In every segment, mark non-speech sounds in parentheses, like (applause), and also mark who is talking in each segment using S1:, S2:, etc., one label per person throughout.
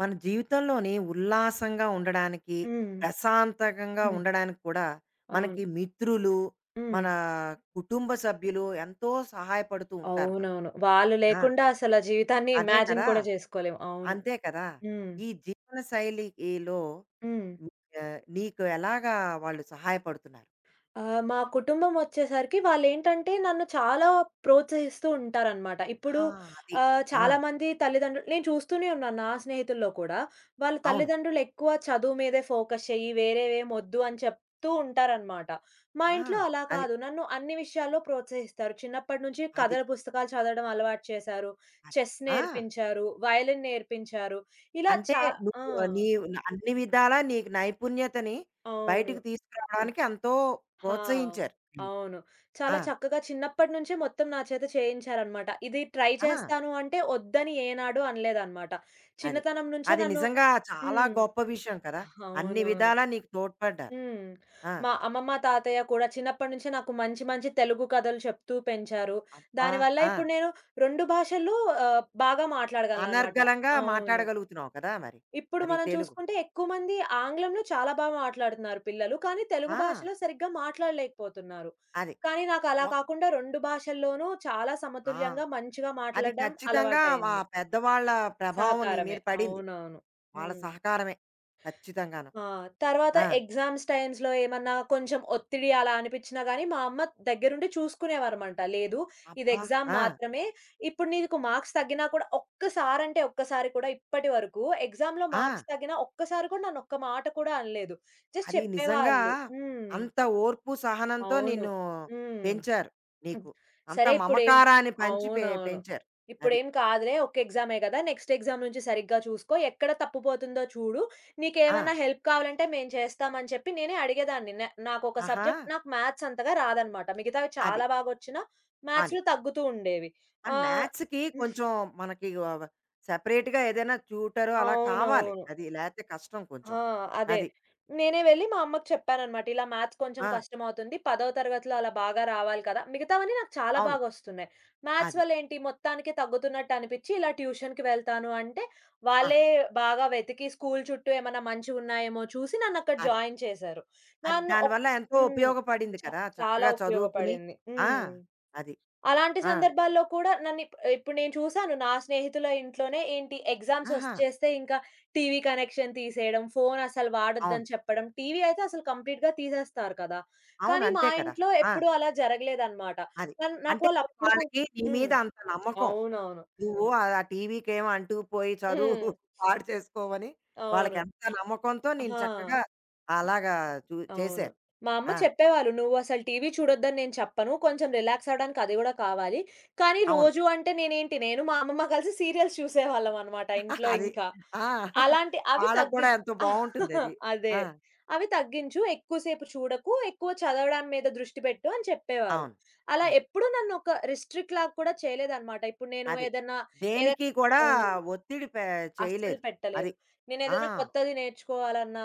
S1: మన జీవితంలోని ఉల్లాసంగా ఉండడానికి,
S2: హ్మ్.
S1: ప్రశాంతకంగా
S2: హుహు.
S1: ఉండడానికి కూడా
S2: అవును.
S1: మనకి మిత్రులు,
S2: హ్మ్.
S1: మన కుటుంబ సభ్యులు ఎంతో సహాయపడుతూ ఉంటారు మనకి.
S2: అవునవును. వాళ్ళు
S1: ఆ!
S2: లేకుండా అసల జీవితాన్ని
S1: అదే
S2: ఇమాజిన్
S1: కదా!
S2: కూడా చేసుకోలేము. అవును.
S1: అంతే కదా!
S2: హ్మ్.
S1: ఈ జీవన శైలిలో
S2: హ్మ్.
S1: ని నీకు ఎలాగా వాళ్ళు సహాయపడుతున్నారు?
S2: మా కుటుంబం వచ్చేసరికి వాళ్ళేంటంటే నన్ను చాలా ప్రోత్సహిస్తూ ఉంటారనమాట. ఇప్పుడు
S1: ఆ! అది. ఆ!
S2: చాలామంది తల్లిదండ్రులు నేను చూస్తూనే ఉన్నాను నా స్నేహితుల్లో కూడా. వాళ్ళ
S1: అవును.
S2: తల్లిదండ్రులు ఎక్కువ చదువు మీదే ఫోకస్ చెయ్యి, వేరేవేమొద్దు అని చెప్తూ ఉంటారనమాట. మా ఇంట్లో
S1: ఆ!
S2: అలా
S1: అది.
S2: కాదు. నన్ను అన్ని విషయాల్లో ప్రోత్సహిస్తారు. చిన్నప్పటి నుంచి
S1: అది.
S2: కథల పుస్తకాలు చదవడం అలవాటు చేశారు.
S1: అది.
S2: చెస్
S1: ఆ!
S2: నేర్పించారు, వయలిన్ నేర్పించారు. ఇలా
S1: అంటే
S2: చా ఆ!
S1: నువ్వు నీ అన్ని విధాలా నీకు నైపుణ్యతని
S2: అవును.
S1: బయటకు తీసుకురావడానికి ఎంతో
S2: హా!
S1: ప్రోత్సహించారు. హ్మ్.
S2: అవును. చాలా
S1: ఆ!
S2: చక్కగా చిన్నప్పటి నుంచే మొత్తం నా చేత చేయించారనమాట. ఇది ట్రై
S1: ఆ!
S2: చేస్తాను అంటే వద్దని ఏనాడు అనలేదనమాట.
S1: అది.
S2: చిన్నతనం నుంచే
S1: అది
S2: నన్ను
S1: నిజంగా చాలా
S2: హ్మ్.
S1: గొప్ప విషయం కదా! అన్ని
S2: అవునవును.
S1: విధాలా నీకు తోడ్పడ్డారు.
S2: హ్మ్.
S1: ఆ!
S2: మా అమ్మమ్మ, తాతయ్య కూడా చిన్నప్పటి నుంచే నాకు మంచి మంచి తెలుగు కథలు చెప్తూ పెంచారు.
S1: అబ్బా!
S2: దానివల్ల
S1: ఆ!
S2: ఇప్పుడు నేను 2 భాషలు బాగా మాట్లాడగలననమాట.
S1: అనర్గళంగా
S2: అవును.
S1: మాట్లాడగలుగుతున్నావు కదా మరి.
S2: ఇప్పుడు
S1: అది
S2: మనం
S1: తెలుగు.
S2: చూసుకుంటే ఎక్కువ మంది ఆంగ్లంలో చాలా బాగా మాట్లాడుతున్నారు పిల్లలు. కానీ తెలుగు
S1: ఆ!
S2: భాషలో సరిగ్గా మాట్లాడలేకపోతున్నారు.
S1: అది.
S2: కానీ నాకు అలా
S1: ఒక్
S2: కాకుండా 2 భాషల్లోనూ చాలా
S1: ఆ!
S2: సమతుల్యంగా మంచిగా
S1: అది
S2: మాట్లాడడం
S1: ఖచ్చితంగా ఆ
S2: అలవాటయింది.
S1: పెద్దవాళ్ళ ప్రభావం నీ
S2: సహకారమే.
S1: మీద పడింది.
S2: అవునవును.
S1: వాళ్ళ
S2: హ్మ్.
S1: సహకారమే. ఖచ్చితంగాను.
S2: ఆ! తర్వాత
S1: ఆ!
S2: ఎగ్జామ్స్ టైమ్స్‌లో ఏమన్నా కొంచెం ఒత్తిడి అలా అనిపించినా గాని, మా అమ్మ దగ్గరుండి చూసుకునేవారమాట. లేదు ఇది
S1: అబ్బా!
S2: ఎగ్జామ్
S1: ఆ!
S2: మాత్రమే. ఇప్పుడు నీకు మార్క్స్ తగ్గినా కూడా ఒక్కసారంటే ఒక్కసారి కూడా ఇప్పటి వరకు ఎగ్జామ్‌లో
S1: ఆ!
S2: మార్క్స్ తగ్గినా ఒక్కసారి కూడా నన్ను ఒక్క మాట కూడా అనలేదు. జస్ట్
S1: అది నిజంగా
S2: చెప్పేవాళ్ళు. హ్మ్.
S1: అంత ఓర్పు, సహనంతో
S2: అవును.
S1: నిన్ను
S2: హ్మ్.
S1: పెంచారు.
S2: హ్మ్.
S1: నీకు అంత
S2: సరే ఇప్పుడేం
S1: మమకారాన్ని పంచి
S2: అవునవును.
S1: పెంచారు. అది.
S2: ఇప్పుడేం కాదులే. ఒక్క ఎగ్జామే గదా! నెక్స్ట్ ఎగ్జామ్ నుంచి సరిగ్గా చూసుకో. ఎక్కడ తప్పిపోతుందో చూడు.
S1: ఆ!
S2: నీకేమన్నా హెల్ప్ కావాలంటే మేము చేస్తాం అని చెప్పి నేనే అడిగేదాన్ని. నాకొక
S1: ఆహా!
S2: సబ్జెక్ట్ నాకు మ్యాథ్స్ అంతగా రాదనమాట. మిగతావి
S1: అది.
S2: చాలా బాగొచ్చినా
S1: అది.
S2: మ్యాథ్స్‌లో తగ్గుతూ ఉండేవి.
S1: అండ్
S2: ఆహ్,
S1: మ్యాథ్స్‌కి కొంచెం మనకి సెపరేట్‌గా ఏదైనా ట్యూటరు అలా కావాలి.
S2: అవునవును.
S1: అది లేతే కష్టం
S2: ఆ!
S1: కొంచెం.
S2: అదే.
S1: అది.
S2: నేనే వెళ్లి మా అమ్మకి చెప్పాననమాట. ఇలా మ్యాథ్స్ కొంచెం
S1: ఆ!
S2: కష్టమవుతుంది. 10వ తరగతిలో అలా బాగా రావాలి కదా! మిగతావన్నీ నాకు చాలా
S1: అవును.
S2: బాగొస్తున్నాయి. మ్యాథ్స్
S1: అది.
S2: వల్ల ఏంటి మొత్తానికే తగ్గుతున్నట్టు అనిపిచ్చి ఇలా ట్యూషన్‌కి వెళ్తాను అంటే, వాళ్ళే
S1: ఆహా!
S2: బాగా వెతికి స్కూల్ చుట్టూ ఏమన్నా మంచివున్నాయేమో చూసి నన్నక్కడ
S1: అదే.
S2: జాయిన్ చేశారు.
S1: అది
S2: నన్ను ఒక్
S1: దానివల్ల ఎంతో
S2: హ్మ్.
S1: ఉపయోగపడింది
S2: చ
S1: కదా!
S2: చాలా
S1: చక్కగా చదువుకుని.
S2: ఉపయోగపడింది.
S1: ఆ!
S2: హ్మ్.
S1: అది.
S2: అలాంటి
S1: ఆ!
S2: సందర్భాల్లో కూడా ఇప్పుడు నేను చూసాను నా స్నేహితుల ఇంట్లోనే ఏంటి ఎగ్జామ్స్
S1: ఆహా!
S2: ఒచ్చేస్తే ఇంకా టీవీ కనెక్షన్ తీసేయడం, ఫోను అసలు
S1: అవును.
S2: వాడొద్దని చెప్పడం. టీవీ అయితే అసలు కంప్లీట్‌గా తీసేస్తారు కదా!
S1: అవును.
S2: కానీ మా
S1: అంతే కదా!
S2: ఇంట్లో
S1: ఆ!
S2: ఎప్పుడూ అలా జరగలేదనమాట.
S1: అది.
S2: కానీ నాకు
S1: అంటే
S2: వాళ్ళు అప్పుడు కూ
S1: వాళ్ళకి నీ
S2: హ్మ్.
S1: మీద అంత నమ్మకం.
S2: అవునవును.
S1: నువ్వు ఆ టీవీకేమో అంటూ పోయి చదువు
S2: హ్మ్.
S1: (laughs) పాడు చేసుకోవని
S2: అవును.
S1: వాళ్ళకెంత నమ్మకంతో నేను చక్కగా
S2: ఆ!
S1: అలాగా
S2: అవును.
S1: చేశారు.
S2: మా అమ్మ
S1: ఆ!
S2: చెప్పేవాళ్ళు, "నువ్వసలు టీవీ చూడొద్దని నేను చెప్పను. కొంచెం రిలాక్స్ అవ్వడానికి అది గూడా కావాలి." కానీ
S1: అవును.
S2: రోజు అంటే నేనేంటి, నేను మా అమ్మమ్మ కలిసి సీరియల్స్ చూసేవాళ్ళమనమాట ఇంట్లో
S1: (laughs) అది.
S2: ఇంకా.
S1: ఆ!
S2: అలాంటి అవి
S1: వాళ్ళకి
S2: తగ్గి
S1: కూడా ఎంతో బావుంటుందది.
S2: (laughs) అదే.
S1: ఆ!
S2: అవి తగ్గించు, ఎక్కువసేపు చూడకు, ఎక్కువ చదవడం మీద దృష్టి పెట్టు అని చెప్పేవారు.
S1: అవును.
S2: అలా
S1: అది.
S2: ఎప్పుడూ నన్నొక రిస్ట్రిక్ట్ లాగా కూడా చేయలేదనమాట. ఇప్పుడు నేను
S1: అది.
S2: ఏదన్నా ఏదన్నా
S1: దేనికి కూడా
S2: హ్మ్.
S1: ఒత్తిడి పె
S2: అస్సలు
S1: చేయలేదు. అది.
S2: పెట్టలేదు.
S1: ఆ!
S2: నేనేదైనా కొత్తది నేర్చుకోవాలన్నా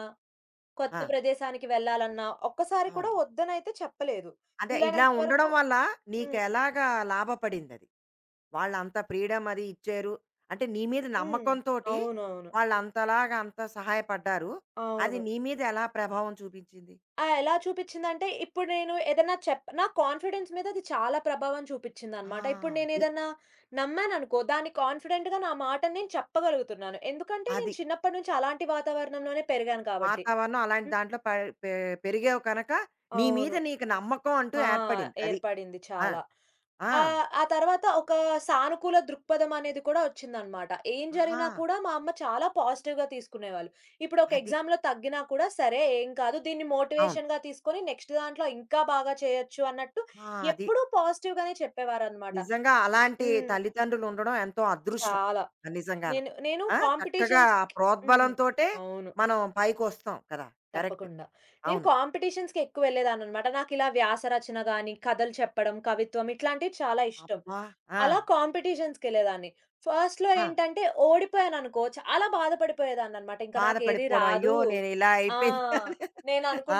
S2: కొత్త
S1: ఆ!
S2: ప్రదేశానికి వెళ్ళాలన్నా, ఒక్కసారి కూడా
S1: అవును.
S2: ఒద్దనైతే చెప్పలేదు.
S1: అదే ఇలా
S2: వీలైనంత వరకు
S1: ఉండడం వల్ల
S2: హ్మ్.
S1: నీకెలాగా లాభపడిందది? వాళ్ళంత ఫ్రీడమ్ అది ఇచ్చారు. అంటే నీ మీద
S2: హ్మ్.
S1: నమ్మకంతోటి
S2: అవునవును.
S1: వాళ్ళంతలాగా అంత సహాయపడ్డారు. అది
S2: అవును.
S1: నీ మీద ఎలా ప్రభావం చూపించింది?
S2: ఆ! ఎలా చూపిచ్చిందంటే, ఇప్పుడు నేను ఏదన్నా చెప్ నా కాన్ఫిడెన్స్ మీద అది చాలా ప్రభావం
S1: ఆ!
S2: చూపిచ్చిందనమాట. ఇప్పుడు
S1: అది.
S2: నేనేదన్నా నమ్మాననుకో, దాన్ని కాన్ఫిడెంట్‌గా నా మాటని నేను చెప్పగలుగుతున్నాను. ఎందుకంటే, నేను
S1: అది.
S2: చిన్నప్పటి నుంచి అలాంటి వాతావరణంలోనే పెరిగాను కాబట్టి.
S1: వాతావరణం అలాంటి
S2: హ్మ్.
S1: దాంట్లో ప పె పెరిగావు కనక నీ మీద
S2: అవును.
S1: నీకు నమ్మకం అంటూ
S2: ఆ!
S1: ఏర్పడింది. అది.
S2: ఏర్పడింది
S1: ఆ!
S2: చాలా.
S1: ఆ!
S2: ఆ తర్వాత ఒక సానుకూల దృక్పథం అనేది కూడా ఒచ్చిందనమాట. ఏం
S1: ఆహా!
S2: జరిగినా కూడా మా అమ్మ చాలా పాజిటివ్‌గా తీసుకునేవాళ్ళు. ఇప్పుడు ఒక
S1: అది.
S2: ఎగ్జామ్‌లో తగ్గినా కూడా సరే ఏం కాదు. దీన్ని
S1: అవును.
S2: మోటివేషన్‌గా తీసుకొని నెక్స్ట్ దాంట్లో ఇంకా బాగా చేయొచ్చు అన్నట్టు
S1: ఆ! అది.
S2: ఎప్పుడూ పాజిటివ్‌గానే చెప్పేవారనమాట.
S1: నిజంగా అలాంటి
S2: హ్మ్.
S1: తల్లిదండ్రులు ఉండడం ఎంతో అదృష్టం.
S2: చాలా.
S1: ఆ, నిజంగాను.
S2: నేను నేను
S1: ఆ! చక్కగా ఆ
S2: కాంపిటీషన్స్‌కి హ్మ్.
S1: ప్రోద్బలంతోటే
S2: అవును.
S1: మనం పైకొస్తాం కదా! కరెక్ట్.
S2: తప్పకుండా. నేను
S1: అవును.
S2: కాంపిటీషన్స్‌కి ఎక్కువ వెళ్ళేదాన్ననమాట. నాకిలా వ్యాస రచన గాని, కథలు చెప్పడం, కవిత్వం ఇట్లాంటివి చాలా ఇష్టం.
S1: అబ్బా! ఆ!
S2: అలా కాంపిటీషన్స్‌కెళ్ళేదాన్ని. ఫస్ట్‌లో
S1: ఆ!
S2: ఏంటంటే ఓడిపోయాననుకో చాలా బాధపడిపోయేదాన్ననమాట. ఇంక నాకేది
S1: బాధపడిపోవడం.
S2: రాదు.
S1: అయ్యో! నేను ఇలా
S2: ఆ!
S1: అయిపోయింది (laughs) అని.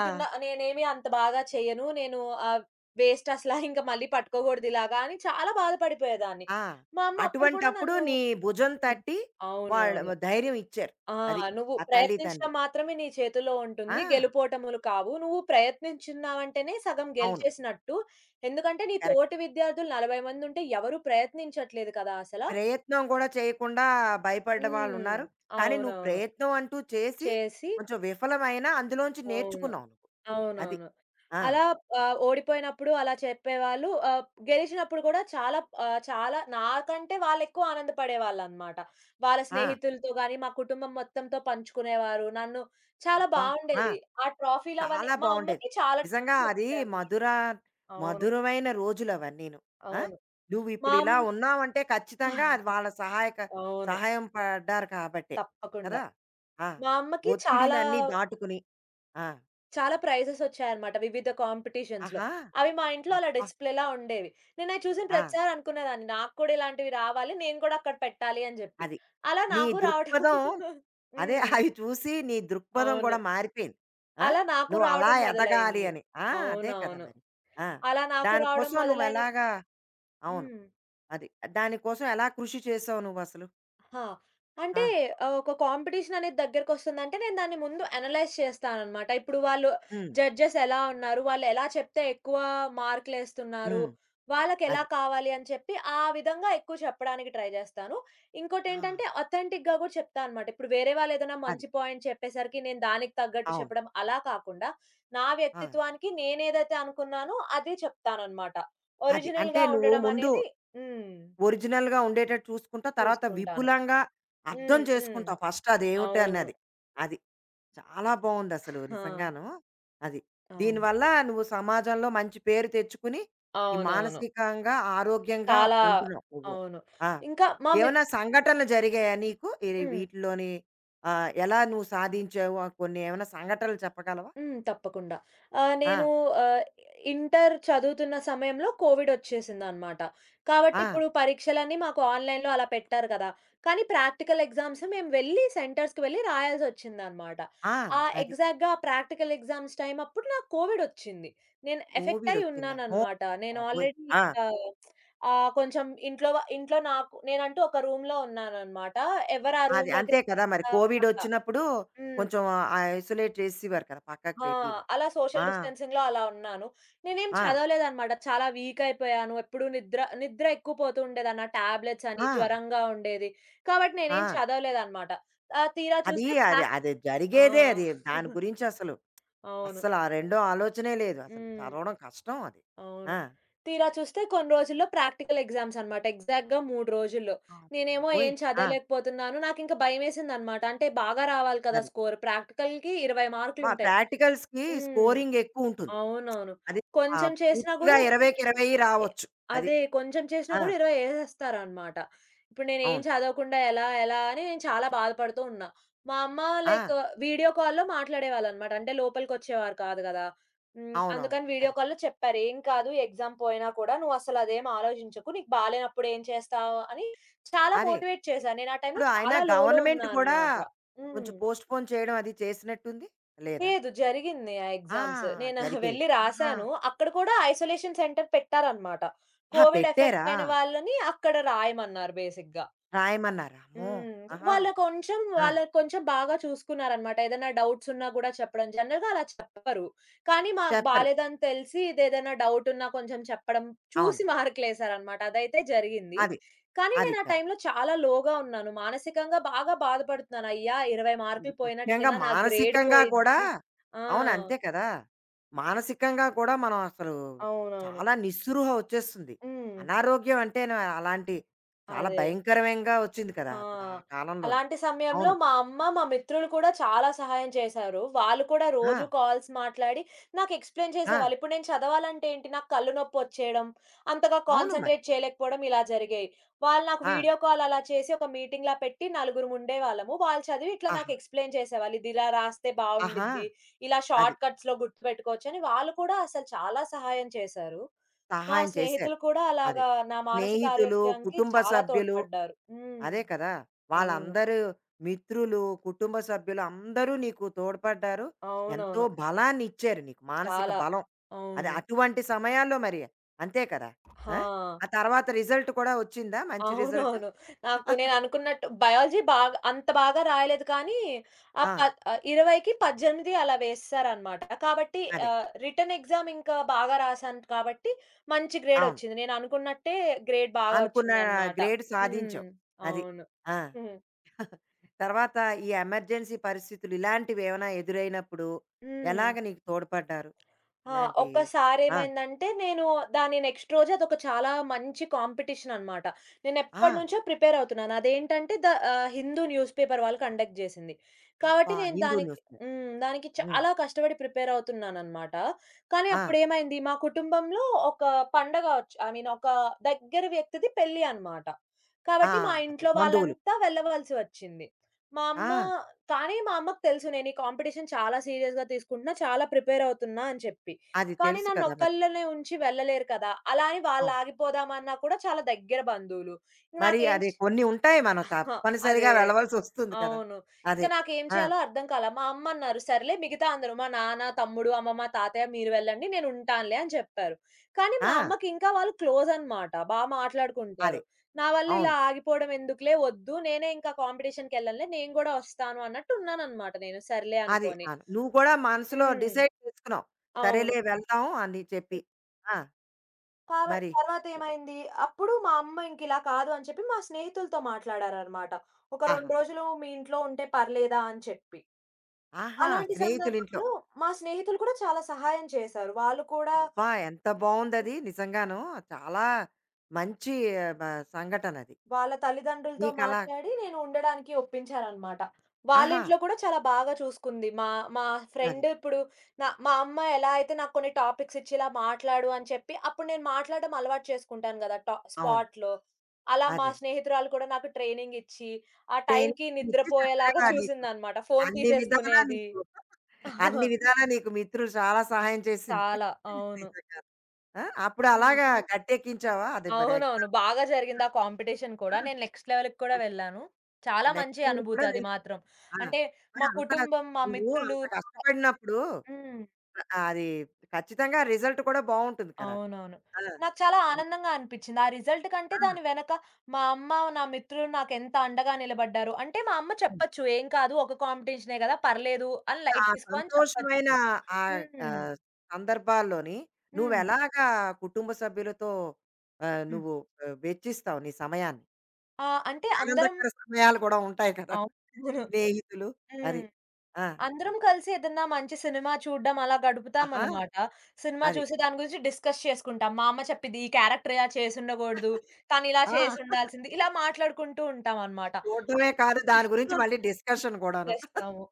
S1: ఆ!
S2: నేనేమి అంత బాగా చెయ్యను. ఆహ్, వేస్ట్ అసలా (laughs) ఇంక మళ్ళీ పట్టుకోకూడదిలాగా అని చాలా బాధపడిపోయేదాన్ని.
S1: ఆ!
S2: మా అమ్మ అప్పుడు కూడా
S1: అటువంటప్పుడు
S2: నన్ను
S1: నీ భుజం
S2: హ్మ్.
S1: తట్టి వాళ్ళు
S2: అవునవును.
S1: ధైర్యం ఇచ్చారు.
S2: ఆ!
S1: అది.
S2: నువ్వు
S1: ఆ తల్లి, తండ్రి.
S2: ప్రయత్నించడం మాత్రమే నీ చేతులో ఉంటుంది.
S1: ఆ!
S2: గెలుపోటములు కావు. నువ్వు ప్రయత్నించున్నావంటేనే సగం
S1: అవును.
S2: గెలిచేసినట్టు. ఎందుకంటే నీ
S1: కరెక్ట్.
S2: తోటి విద్యార్థులు 40 మందుంటే ఎవరు ప్రయత్నించట్లేదు కదా అసల.
S1: ప్రయత్నం కూడా చేయకుండా భయపడ్డ
S2: హ్మ్.
S1: వాళ్ళున్నారు. కానీ నువ్వు
S2: అవునవును.
S1: ప్రయత్నం అంటూ చేసి
S2: చేసి
S1: కొంచెం విఫలమైనా అందులోంచి
S2: అవును.
S1: నేర్చుకున్నావు నువ్వు. అది.
S2: అవునవును.
S1: ఆ!
S2: అలా ఓడిపోయినప్పుడు అలా చెప్పేవాళ్ళు. గెలిచినప్పుడు కూడా చాలా చాలా నాకంటే వాళ్ళెక్కువ ఆనందపడేవాళ్ళనమాట. వాళ్ళ
S1: ఆ!
S2: స్నేహితులతో గాని, మా కుటుంబం మొత్తంతో పంచుకునేవారు. నన్ను చాలా
S1: అబ్బా! ఆ!
S2: బావుండేది. ఆ ట్రాఫీలవన్నీ
S1: చాలా
S2: మా
S1: బావుండేది.
S2: అమ్మకి చాలా
S1: నిజంగా అది
S2: ట్రాఫీలొచ్చాయండి.
S1: మధుర
S2: అవును.
S1: మధురమైన రోజులు అవన్నీను. ఆ!
S2: అవును. మా
S1: నువ్విప్పుడు
S2: అమ్
S1: ఇలా ఉన్నావంటే ఖచ్చితంగా అది
S2: (laughs)
S1: వాళ్ళ సహాయక
S2: అవును.
S1: సహాయం పడ్డారు కాబట్టే.
S2: తప్పకుండా.
S1: కదా! ఆ!
S2: మా అమ్మకి చాలా
S1: ఒత్తిడిలన్నీ దాటుకుని. ఆ!
S2: చాలా ప్రైజెస్ వచ్చాయన్నమాట వివిధ కాంపిటీషన్స్‌లో.
S1: ఆహా!
S2: అవి మా ఇంట్లో అలా
S1: అబ్బా!
S2: డిస్‌ప్లే‌లా ఉండేవి. నేనయి చూసిన
S1: ఆ!
S2: ప్రతిసారి అనుకునేదాన్ని నాకు కూడా ఇలాంటివి రావాలి. నేను కూడా అక్కడ పెట్టాలి అని జెప్పి.
S1: అది.
S2: అలా
S1: నీ
S2: నాకు రావడం
S1: దృక్పథం
S2: (laughs)
S1: అదే
S2: హ్మ్.
S1: (laughs) అవి చూసి నీ దృక్పథం
S2: అవును.
S1: కూడా మారిపోయింది. ఆ!
S2: అలా నాకు
S1: నువ్వు అలా
S2: రావడం
S1: ఎదగాలి
S2: మొదలైంది.
S1: అని. ఆ! అదే కదా
S2: అవునవును.
S1: మరి. ఆ!
S2: అలా నాకు రావడం
S1: దానికోసం
S2: మొదలైన
S1: నువ్వెలాగా అవును.
S2: హ్మ్.
S1: అది. దానికోసం ఎలా కృషి చేసావు నువ్వసలు?
S2: ఆ! అంటే
S1: ఆ!
S2: ఒక కాంపిటీషన్ అనేది దగ్గరకొస్తుందంటే, నేను దాన్ని ముందు అనలైజ్ చేస్తాననమాట. ఇప్పుడు వాళ్ళు
S1: హ్మ్.
S2: జడ్జెస్ ఎలా ఉన్నారు? వాళ్ళు ఎలా చెప్తే ఎక్కువ మార్కులేస్తున్నారు?
S1: హ్మ్.
S2: వాళ్ళకెలా
S1: అది.
S2: కావాలి అని చెప్పి, ఆ విధంగా ఎక్కువ చెప్పడానికి ట్రై జేస్తాను.
S1: ఆ!
S2: ఇంకోటేంటంటే, అథెంటిక్‌గా గూడా చెప్తా అనమాట. ఇప్పుడు వేరే వాళ్ళేదైనా
S1: అది.
S2: మంచి పాయింట్ చెప్పేసరికి, నేను దానికి తగ్గట్టు
S1: అవును.
S2: చెప్పడం అలా కాకుండా, నా
S1: ఆ!
S2: వ్యక్తిత్వానికి నేనేదైతే అనుకున్నానో అదే చెప్తాననమాట.
S1: అది. అంటే
S2: ఒరిజినల్‌గా
S1: నువ్వు
S2: ఉండడం
S1: ముందు
S2: అనేది హ్మ్.
S1: ఒరిజినల్‌గా ఉండేటట్టు చూసుకుంటావు. తర్వాత
S2: చూసుకుంటాను.
S1: విపులంగా అర్థం
S2: హ్మ్. హ్మ్.
S1: చేసుకుంటావు ఫస్ట్
S2: అవును.
S1: అదేమిటన్నది. అది. చాలా బావుందసలు
S2: ఆ!
S1: నిజంగాను. అది.
S2: అవును.
S1: దీనివల్ల నువ్వు సమాజంలో మంచి పేరు తెచ్చుకుని, ఈ
S2: అవునవును.
S1: మానసికంగా, ఆరోగ్యంగా
S2: చాలా
S1: ఉంటున్నావు నువ్వు.
S2: అవును.
S1: ఆ!
S2: ఇంకా మా మిత్
S1: ఏమన్నా సంఘటనలు జరిగాయా నీకు? ఈ
S2: హ్మ్.
S1: వీటిలోని ఎలా నువ్వు సాధించావు? ఆ కొన్ని ఏమైనా సంఘటనలు చెప్పగలవా?
S2: హ్మ్. తప్పకుండా. నేను
S1: ఆ!
S2: ఆహ్, ఇంటర్ చదువుతున్న సమయంలో కోవిడొచ్చేసిందనమాట. కాబట్టి
S1: ఆ!
S2: ఇప్పుడు పరీక్షలన్నీ మాకు ఆన్‌లైన్‌లో అలా పెట్టారు కదా! కానీ ప్రాక్టికల్ ఎగ్జామ్స్ మేము వెళ్లి సెంటర్స్‌కి వెళ్లి రాయాల్సొచ్చిందనమాట.
S1: ఆ!
S2: ఆ ఎగ్జాక్ట్‌గా ఆ
S1: అది.
S2: ఎగ్జాక్ట్గా ప్రాక్టికల్ ఎగ్జామ్స్ టైమ్ అప్పుడు నాకు కోవిడొచ్చింది. నేను ఎఫెక్ట్ అయ్యి
S1: కోవిడొచ్చింది. అమ్మో!
S2: ఉన్నాననమాట. నేను
S1: బాబోయ్!
S2: ఆల్రెడీ
S1: ఆ!
S2: ఇంకా ఆహ్, కొంచెం ఇంట్లో నాకు నేనంటూ ఒక రూమ్‌లో ఉన్నాననమాట. ఎవరు ఆ
S1: అది
S2: రూమ్‌లోకి
S1: అంతే కదా! మరి
S2: రాకుండా అలా.
S1: కోవిడొచ్చినప్పుడు
S2: హ్మ్.
S1: కొంచెం ఐసోలేట్ చేసేవారు కదా! పక్కకు
S2: ఆ!
S1: పెట్టేవారు.
S2: అలా సోషల్
S1: ఆ!
S2: డిస్టెన్సింగ్‌లో అలా ఉన్నాను. నేనేం
S1: ఆ!
S2: చదవలేదనమాట. చాలా వీక్ అయిపోయాను. ఎప్పుడు నిద్ర నిద్ర ఎక్కువ పోతూ ఉండేదాన్ని. ఆ టాబ్లెట్స్ అని
S1: ఆ!
S2: జ్వరంగా ఉండేది. కాబట్టి నేనేం
S1: ఆ!
S2: చదవలేదనమాట. ఆహ్, తీరా
S1: అది
S2: చూస్తే
S1: అది
S2: ప్రాక్
S1: అది
S2: ఆ!
S1: జరిగేదే అది. దాని గురించి అసలు,
S2: అవును.
S1: అస్సలు ఆ రెండో ఆలోచనే లేదు అసలు.
S2: హ్మ్.
S1: చదవడం కష్టం అది.
S2: అవును.
S1: ఆ!
S2: తీరా చూస్తే కొన్ని రోజుల్లో ప్రాక్టికల్ ఎగ్జామ్స్ అనమాట. ఎగ్జాక్ట్‌గా 3 రోజుల్లో.
S1: ఆ! బాబోయ్!
S2: నేనేమో
S1: పోయి
S2: ఏం
S1: ఆ!
S2: చదవలేకపోతున్నాను. నాకింక భయమేసిందనమాట. అంటే బాగా రావాలి కదా!
S1: అది.
S2: స్కోర్ ప్రాక్టికల్‌కి 20
S1: మా
S2: మార్కులుంటాయి.
S1: ప్రాక్టికల్స్‌కి
S2: హ్మ్.
S1: స్కోరింగ్ ఎక్కువుంటుంది.
S2: అవునవును.
S1: అది
S2: కొంచెం చేసినా
S1: పూర్తిగా
S2: గూడా
S1: 20కి 20
S2: ఎ
S1: రావచ్చు. అది.
S2: అదే కొంచెం చేసినా
S1: ఆ!
S2: గూడా 20 ఏసేస్తారనమాట. ఇప్పుడు నేనేం
S1: అవును.
S2: చదవకుండా ఎలా అని నేను చాలా బాధపడుతూ ఉన్నా. మా అమ్మ లైక్
S1: ఆ!
S2: వీడియో కాల్‌లో మాట్లాడేవాళ్ళనమాట. అంటే లోపలికొచ్చేవారు కాదు గదా! హ్మ్.
S1: అవునవును.
S2: అందుకని వీడియో
S1: కరెక్ట్.
S2: కాల్‌లో చెప్పారు. "ఏం కాదు ఎగ్జామ్ పోయినా కూడా నువ్వసలదేం ఆలోచించకు. నీకు బాలేనప్పుడు ఏం చేస్తావు?" అని చాలా
S1: అదే.
S2: మోటివేట్ చేశారు. నేను ఆ టైంలో
S1: ఇప్పుడు అయినా
S2: చాలా లోలో
S1: గవర్నమెంట్
S2: ఉన్నా
S1: కూడా
S2: అనమాట. హ్మ్.
S1: కొంచెం పోస్ట్‌పోన్ చేయడం అది చేసినట్టుంది? లేదా?
S2: లేదు. జరిగింది ఆ
S1: ఆ!
S2: ఎగ్జామ్స్. నేను (laughs)
S1: జరిగాయి.
S2: వెళ్ళి
S1: ఆహా!
S2: రాసాను. అక్కడ కూడా ఐసోలేషన్ సెంటర్ పెట్టారనమాట.
S1: ఆహా!
S2: కోవిడ్
S1: పెట్టారా?
S2: ఎఫెక్ట్ అయిన వాళ్ళని అక్కడ రాయమన్నారు బేసిక్‌గా.
S1: రాయమన్నారా? అమ్మో!
S2: హ్మ్.
S1: ఆహా!
S2: వాళ్ళ కొంచెం
S1: ఆ!
S2: వాళ్ళ కొంచెం బాగా చూసుకున్నారనమాట. ఏదైనా డౌట్స్ ఉన్నా గూడా చెప్పడం. జనరల్‌గా అలా చెప్పరు. కానీ మాకు
S1: చెప్పరు.
S2: బాలేదని తెలిసి ఇదేదైనా డౌట్ ఉన్నా కొంచెం చెప్పడం,
S1: అవును.
S2: చూసి మార్కులేసారనమాట. అదైతే జరిగింది.
S1: అది.
S2: కానీ
S1: అది
S2: నేను ఆ
S1: కరెక్ట్.
S2: టైంలో చాలా లోగా ఉన్నాను. మానసికంగా బాగా బాధపడుతున్నాను. అయ్యా! 20
S1: ము
S2: మార్కులు
S1: ముఖ్యంగా
S2: పోయినట్టేనా? నా గ్రేడ్
S1: మానసికంగా కూడా
S2: పోయిద్ది. ఆ!
S1: అవును. అంతే కదా! మానసికంగా కూడా మనం అసలు
S2: అవునవును.
S1: చాలా నిస్సృహ వచ్చేస్తుంది.
S2: హ్మ్.
S1: అనారోగ్యం అంటేనే అలాంటి చాలా
S2: అదే.
S1: భయంకరంగా వచ్చింది కదా!
S2: ఆ!
S1: ఇప్పుడు ఆ కాలంలోని.
S2: అలాంటి సమయంలో
S1: అవును.
S2: మా అమ్మ, మా మిత్రులు కూడా చాలా సహాయం చేశారు. వాళ్ళు కూడా
S1: ఆ!
S2: రోజు కాల్స్ మాట్లాడి నాకు ఎక్స్‌ప్లెయిన్
S1: ఆ!
S2: చేసేవాళ్ళు. ఇప్పుడు నేను చదవాలంటే ఏంటి నాకు కళ్ళు నొప్పొచ్చేయడం, అంతగా
S1: అవును మరి.
S2: కాన్సంట్రేట్ చేయలేకపోవడం ఇలా జరిగాయి. వాళ్ళు నాకు
S1: ఆ!
S2: వీడియో కాల్ అలా చేసి ఒక మీటింగ్‌లా పెట్టి నలుగురం ఉండేవాళ్ళము. వాళ్ళు చదివి ఇట్లా నాకు
S1: ఆహా!
S2: ఎక్స్‌ప్లెయిన్ చేసేవాళ్ళు. ఇది ఇలా రాస్తే
S1: ఆహా!
S2: బావుండిద్ది. ఇలా
S1: అది.
S2: షార్ట్ కట్స్‌లో గుర్తుపెట్టుకోవచ్చని వాళ్ళు కూడా అసలు చాలా సహాయం చేశారు. మా
S1: సహాయం చేశారు.
S2: స్నేహితులు కూడా
S1: అది.
S2: అలాగా నా మానసిక
S1: స్నేహితులు,
S2: ఆరోగ్యానికి
S1: కుటుంబ
S2: చాలా
S1: సభ్యులు
S2: తోడ్పడ్డారు. హ్మ్.
S1: అదే కదా!
S2: అవును.
S1: వాళ్ళందరూ మిత్రులు, కుటుంబ సభ్యులు అందరూ నీకు తోడ్పడ్డారు. ఎంతో
S2: అవునవును.
S1: బలాన్నిచ్చారు నీకు. మానసిక
S2: చాలా.
S1: బలం. అది
S2: అవును.
S1: అటువంటి సమయాల్లో మరి అంతే కదా! ఆ!
S2: హా!
S1: ఆ తర్వాత రిజల్ట్ కూడా వచ్చిందా? మంచి రిజల్ట్?
S2: అవునవును. నాకు
S1: (laughs)
S2: నేననుకున్నట్టు బయాలజీ బాగా అంత బాగా రాయలేదు కానీ, ఆ
S1: ఆ!
S2: ప 20కి 18 అలా వేసేసారనమాట. కాబట్టి
S1: అదే.
S2: రిటెన్ ఎగ్జామ్ ఇంకా బాగా రాసాను కాబట్టి, మంచి
S1: అవును.
S2: గ్రేడొచ్చింది. నేననుకున్నట్టే గ్రేడ్ బాగా
S1: అనుకున్న
S2: వచ్చిందనమాట.
S1: గ్రేడ్
S2: హ్మ్.
S1: సాధించావు. అది.
S2: అవును.
S1: ఆ!
S2: హ్మ్.
S1: తర్వాత ఈ ఎమర్జెన్సీ పరిస్థితులు ఇలాంటివేమైనా ఎదురైనప్పుడు
S2: హ్మ్.
S1: ఎలాగ నీకు తోడ్పడ్డారు?
S2: ఆ!
S1: ఇలాంటి ఆ!
S2: ఒక్కసారేమైందంటే నేను దాని నెక్స్ట్ రోజు అదొక చాలా మంచి కాంపిటీషన్ అనమాట.
S1: ఆ!
S2: నేనెప్పటినుంచో ప్రిపేర్ అవుతున్నాను. అదేంటంటే హిందూ న్యూస్ పేపర్ వాళ్ళు కండక్ట్ జేసింది. కాబట్టి
S1: అబ్బా!
S2: నేను
S1: హిందూ
S2: దానికి
S1: న్యూస్ పేపర్.
S2: హ్మ్. దానికి
S1: హ్మ్.
S2: చాలా కష్టపడి ప్రిపేర్ అవుతున్నాననమాట. కానీ
S1: ఆ!
S2: అప్పుడేమైంది మా కుటుంబంలో ఒక పండగ ఒచ్ ఐ మీన్ ఒక దగ్గర వ్యక్తిది పెళ్లి అనమాట.
S1: ఆ!
S2: కాబట్టి మా
S1: అదే
S2: ఇంట్లో
S1: బంధువులు.
S2: వాళ్ళంతా వెళ్ళవలసి వచ్చింది. మా అమ్మ
S1: ఆ!
S2: కానీ మా అమ్మకు తెలుసు నేను ఈ కాంపిటీషన్ చాలా సీరియస్‌గా తీసుకుంటున్నా, చాలా ప్రిపేర్ అవుతున్నా అని చెప్పి.
S1: అది
S2: కానీ
S1: తెలుసు కదా! మరి.
S2: నన్నొక్కళ్ళనే ఉంచి వెళ్ళలేరు కదా! అలా అని
S1: అవును.
S2: వాళ్ళాగిపోదామన్నా కూడా చాలా దగ్గర బంధువులు. ఇంక
S1: మరి
S2: నాకేం
S1: అది
S2: చ్
S1: కొన్ని ఉంటాయి మనం
S2: ఆ!
S1: తప్పనిసరిగా
S2: అదే.
S1: వెళ్ళవలసొస్తుంది కదా!
S2: అవును. ఇంక
S1: అదే.
S2: నాకేం
S1: ఆ!
S2: చేయాలో అర్థం కాలా. మా అమ్మన్నారు, "సర్లే మిగతా అందరూ మా నాన్న, తమ్ముడు, అమ్మమ్మ, తాతయ్య మీరు వెళ్ళండి. నేనుంటానులే" అని చెప్పారు. కానీ మా
S1: ఆ!
S2: అమ్మకింకా వాళ్ళు క్లోజనమాట. బా మాట్లాడుకుంటారు.
S1: అదే.
S2: నా వల్ల ఇలా
S1: అవును.
S2: ఆగిపోవడం ఎందుకులే, వద్దు. నేనే ఇంకా కాంపిటీషన్‌కెళ్ళనులే. నేను గూడా ఒస్తాను అన్నట్టు ఉన్నాననమాట నేను. సర్లే
S1: అది.
S2: అనుకోని.
S1: అవును. నువ్వు కూడా మనసులో
S2: హ్మ్.
S1: డిసైడ్ చేసుకున్నావు.
S2: అవును.
S1: సరేలే వెళ్దాం అని చెప్పి. ఆ!
S2: కాబ
S1: మరి
S2: తర్వాత ఏమైంది? అప్పుడు మా అమ్మ ఇంకిలా కాదు అని చెప్పి మా స్నేహితులతో మాట్లాడారనమాట. ఒక 2
S1: ఆహా!
S2: రోజులు మీ ఇంట్లో ఉంటే పర్లేదా అని చెప్పి.
S1: ఆహా!
S2: అలాంటి ఓకే.
S1: స్నేహితులింట్లో.
S2: సందర్భంలో మా స్నేహితులు కూడా చాలా సహాయం చేశారు. వాళ్ళు కూడా
S1: అబ్బా! ఎంత బావుందది నిజంగాను. చాలా మంచి ఆ, బ సంఘటనది.
S2: వాళ్ళ తల్లిదండ్రులతో
S1: నీకలా
S2: మాట్లాడి నేను ఉండడానికి ఒప్పించారనమాట.
S1: ఆహా!
S2: వాళ్ళింట్లో కూడా చాలా బాగా చూసుకుంది. మా మా
S1: అది.
S2: ఫ్రెండ్ ఇప్పుడు మా అమ్మ ఎలా అయితే నాకు కొన్ని టాపిక్స్ ఇచ్చి ఇలా మాట్లాడు అని చెప్పి, అప్పుడు నేను మాట్లాడడం అలవాటు చేసుకుంటాను గదా!
S1: అవును.
S2: స్పాట్‌లో. అలా మా
S1: అదే.
S2: స్నేహితురాలు కూడా నాకు ట్రైనింగ్ ఇచ్చి, ఆ టైంకి
S1: ట్రైనింగ్ ఇచ్చి
S2: నిద్రపోయేలాగా
S1: చక్కగా నీకు
S2: చూసిందనమాట. ఫోను
S1: అన్ని విధాలా
S2: తీసేసుకునేది.
S1: నీకు అన్ని
S2: (laughs)
S1: విధాలా నీకు మిత్రులు చాలా సహాయం చేసింది.
S2: చాలా. అవును.
S1: నిజంగా. ఆ! అప్పుడు
S2: హ్మ్.
S1: అలాగా గట్టెక్కించావా? అది మరి
S2: అవునవును.
S1: ఎగ్జామ్స్
S2: బాగా జరిగింది ఆ కాంపిటీషన్
S1: ఆ!
S2: కూడా. నేను నెక్స్ట్ లెవెల్‌కి కూడా వెళ్ళాను.
S1: ఆ
S2: చాలా
S1: నెక్స్ట్
S2: మంచి
S1: లెవెల్
S2: అనుభూతి
S1: కూడా
S2: అది
S1: వెళ్ళావు.
S2: మాత్రం.
S1: ఆ!
S2: అంటే మా
S1: మరి అంత
S2: కుటుంబం, మా
S1: నువ్వు
S2: మిత్రులు
S1: అంత కష్టపడినప్పుడు
S2: హ్మ్.
S1: అది ఖచ్చితంగా రిజల్ట్ కూడా బావుంటుంది కదా!
S2: అవునవును.
S1: ఆ!
S2: నాకు చాలా
S1: అది.
S2: ఆనందంగా అనిపిచ్చింది. ఆ రిజల్ట్ కంటే దాని
S1: ఆ!
S2: వెనక మా అమ్మ, నా మిత్రులు నాకెంత అండగా నిలబడ్డారు. అంటే మా అమ్మ
S1: అవును.
S2: చెప్పొచ్చు, "ఏం కాదు ఒక కాంపిటీషనే గదా! పర్లేదు అని
S1: ఆ
S2: లైట్ తీసుకో" అని
S1: సంతోషమైన
S2: చెప్పొచ్చు.
S1: ఆహ్,
S2: హ్మ్.
S1: ఆహ్, సందర్భాల్లోని
S2: హ్మ్.
S1: నువ్వెలాగా కుటుంబ సభ్యులతో
S2: హ్మ్.
S1: నువ్వు వెచ్చిస్తావు నీ సమయాన్ని?
S2: ఆ! అంటే అందరం
S1: ఆనందకర సమయాలు కూడా ఉంటాయి కదా!
S2: అవును.
S1: స్నేహితులు
S2: హ్మ్.
S1: అది. ఆ!
S2: అందరం కలిసి ఏదన్నా మంచి సినిమా చూడ్డం అలా
S1: ఆహా!
S2: గడుపుతామనమాట. సినిమా
S1: అది.
S2: చూసి దాని గురించి డిస్కస్ చేసుకుంటాం. మా అమ్మ చెప్పిద్ది, "ఈ క్యారెక్టర్ ఇలా చేసుండగూడదు. కానీ ఇలా
S1: ఆ!
S2: చేసుండాల్సింది." ఇలా మాట్లాడుకుంటూ ఉంటామనమాట.
S1: చూడడమే
S2: అన్
S1: కాదు దాని గురించి మళ్ళీ
S2: (laughs)
S1: డిస్కషన్
S2: డిస్కస్
S1: కూడాను.
S2: చేస్తాము.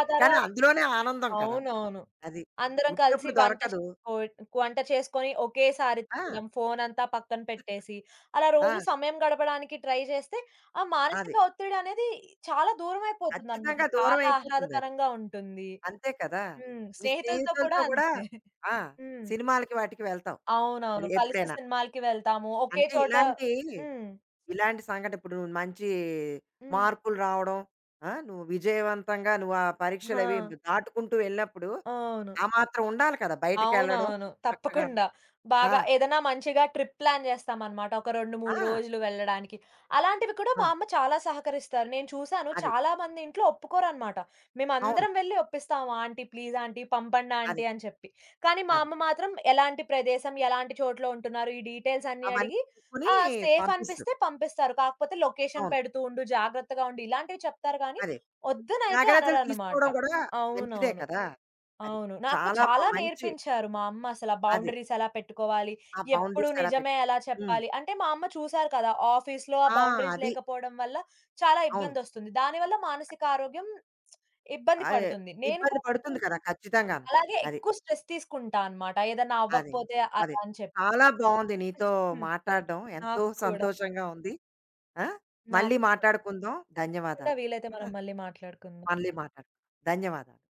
S2: ఆ
S1: కానీ
S2: తర్వాత
S1: అందులోనే ఆనందం కదా!
S2: అవునవును.
S1: అది.
S2: అందరం కలిసి
S1: ఉట్టేప్పుడు
S2: వంట
S1: దొరకదు.
S2: చేసుకో వంట చేసుకొని ఒకేసారి
S1: ఆ!
S2: తినడం, ఫోనంతా పక్కన పెట్టేసి, అలా రోజు
S1: ఆ!
S2: సమయం గడపడానికి ట్రై చేస్తే, ఆ మానసిక
S1: అది.
S2: ఒత్తిడనేది చాలా దూరమైపోతుందనమాట.
S1: ఖచ్చితంగా దూరం
S2: చాలా
S1: అయిపోతుందది.
S2: ఆహ్లాదకరంగా ఉంటుంది.
S1: అంతే కదా!
S2: హ్మ్.
S1: మీ
S2: స్నేహితులతో కూడా
S1: స్నేహితులతో కూడా
S2: అంతే.
S1: ఆ!
S2: హ్మ్.
S1: సినిమాలకి వాటికి వెళ్తావు.
S2: అవునవును.
S1: మరి
S2: కలిసి
S1: ఎప్పుడైనా.
S2: సినిమాలకి వెళ్తాము. ఒకే
S1: అంటే
S2: చోట
S1: ఇలాంటి
S2: హ్మ్.
S1: ఇలాంటి సంఘటన ఇప్పుడు నువ్వు మంచి
S2: హ్మ్.
S1: మార్కులు రావడం, ఆ! నువ్వు విజయవంతంగా నువ్వు ఆ
S2: ఆ!
S1: పరీక్షలవి దాటుకుంటూ వెళ్ళినప్పుడు,
S2: అవును.
S1: ఆ మాత్రం ఉండాలి కదా! బయటికెళ్ళడం
S2: అవునవును.
S1: చక్కగాను.
S2: తప్పకుండా.
S1: ఆ!
S2: బాగా ఏదైనా మంచిగా ట్రిప్ ప్లాన్ చేస్తామనమాట. ఒక 2,
S1: ఆ!
S2: 3 రోజులు వెళ్ళడానికి. అలాంటివి కూడా
S1: ఆ!
S2: మా అమ్మ చాలా సహకరిస్తారు. నేను చూసాను
S1: అది.
S2: చాలామంది ఇంట్లో ఒప్పుకోరనమాట.
S1: అవును.
S2: మేమందరం వెళ్లి ఒప్పిస్తాం. ఆంటీ ప్లీజ్ ఆంటీ పంపండి
S1: అది.
S2: ఆంటీ అని చెప్పి. కానీ మా
S1: అది.
S2: అమ్మ మాత్రం ఎలాంటి ప్రదేశం, ఎలాంటి చోట్లో ఉంటున్నారు, ఈ డీటెయిల్స్ అన్నీ
S1: అవన్నీ
S2: అడిగి
S1: చూసుకొని
S2: ఆ! సేఫ్
S1: పంపిస్తారు.
S2: అనిపిస్తే పంపిస్తారు. కాకపోతే లొకేషన్
S1: అవును.
S2: పెడుతూ ఉండు, జాగ్రత్తగా ఉండు ఇలాంటివి చెప్తారు గానీ,
S1: అదే.
S2: వద్దునైతే
S1: జాగ్రత్తలు
S2: అనరనమాట.
S1: తీసుకోవడం కూడా మంచిదే
S2: అవునవును.
S1: కదా! అది.
S2: అవును. నాకు
S1: చాలా బ
S2: చాలా
S1: మంచి
S2: నేర్పించారు మా అమ్మ అసల.
S1: అది.
S2: బౌండరీస్ ఎలా పెట్టుకోవాలి?
S1: ఆ
S2: ఎప్పుడు
S1: బౌండరీస్ ఎలా పెట్
S2: నిజమే ఎలా
S1: హ్మ్.
S2: చెప్పాలి? అంటే మా అమ్మ చూసారు కదా! ఆఫీస్‌లో ఆ
S1: ఆ!
S2: బౌండరీస్
S1: అది.
S2: లేకపోవడం వల్ల చాలా
S1: అవును.
S2: ఇబ్బందొస్తుంది. దానివల్ల మానసిక ఆరోగ్యం ఇబ్బంది
S1: అదే.
S2: పడుతుంది. నేను
S1: ఇబ్బంది
S2: కూడా
S1: పడుతుంది కదా!
S2: కొంచెం
S1: ఖచ్చితంగాను.
S2: అలాగే
S1: అది.
S2: ఎక్కువ స్ట్రెస్ తీసుకుంటా అన్నమాట. ఏదన్నా
S1: అదే.
S2: అవ్వకపోతే అలా
S1: అదే.
S2: అని చెప్పి.
S1: చాలా బావుంది నీతో
S2: హ్మ్.
S1: మాట్లాడడం. ఎంతో
S2: నాకు కూడా.
S1: సంతోషంగా ఉంది. ఆ!
S2: నాకు
S1: మళ్ళీ
S2: కూడా.
S1: మాట్లాడుకుందాం.
S2: తప్పకుండా
S1: ధన్యవాదాలు.
S2: వీలైతే మనం
S1: (laughs)
S2: మళ్ళీ మాట్లాడుకుందాం.
S1: మళ్ళీ మాట్లాడుకుందాం. ధన్యవాదాలు.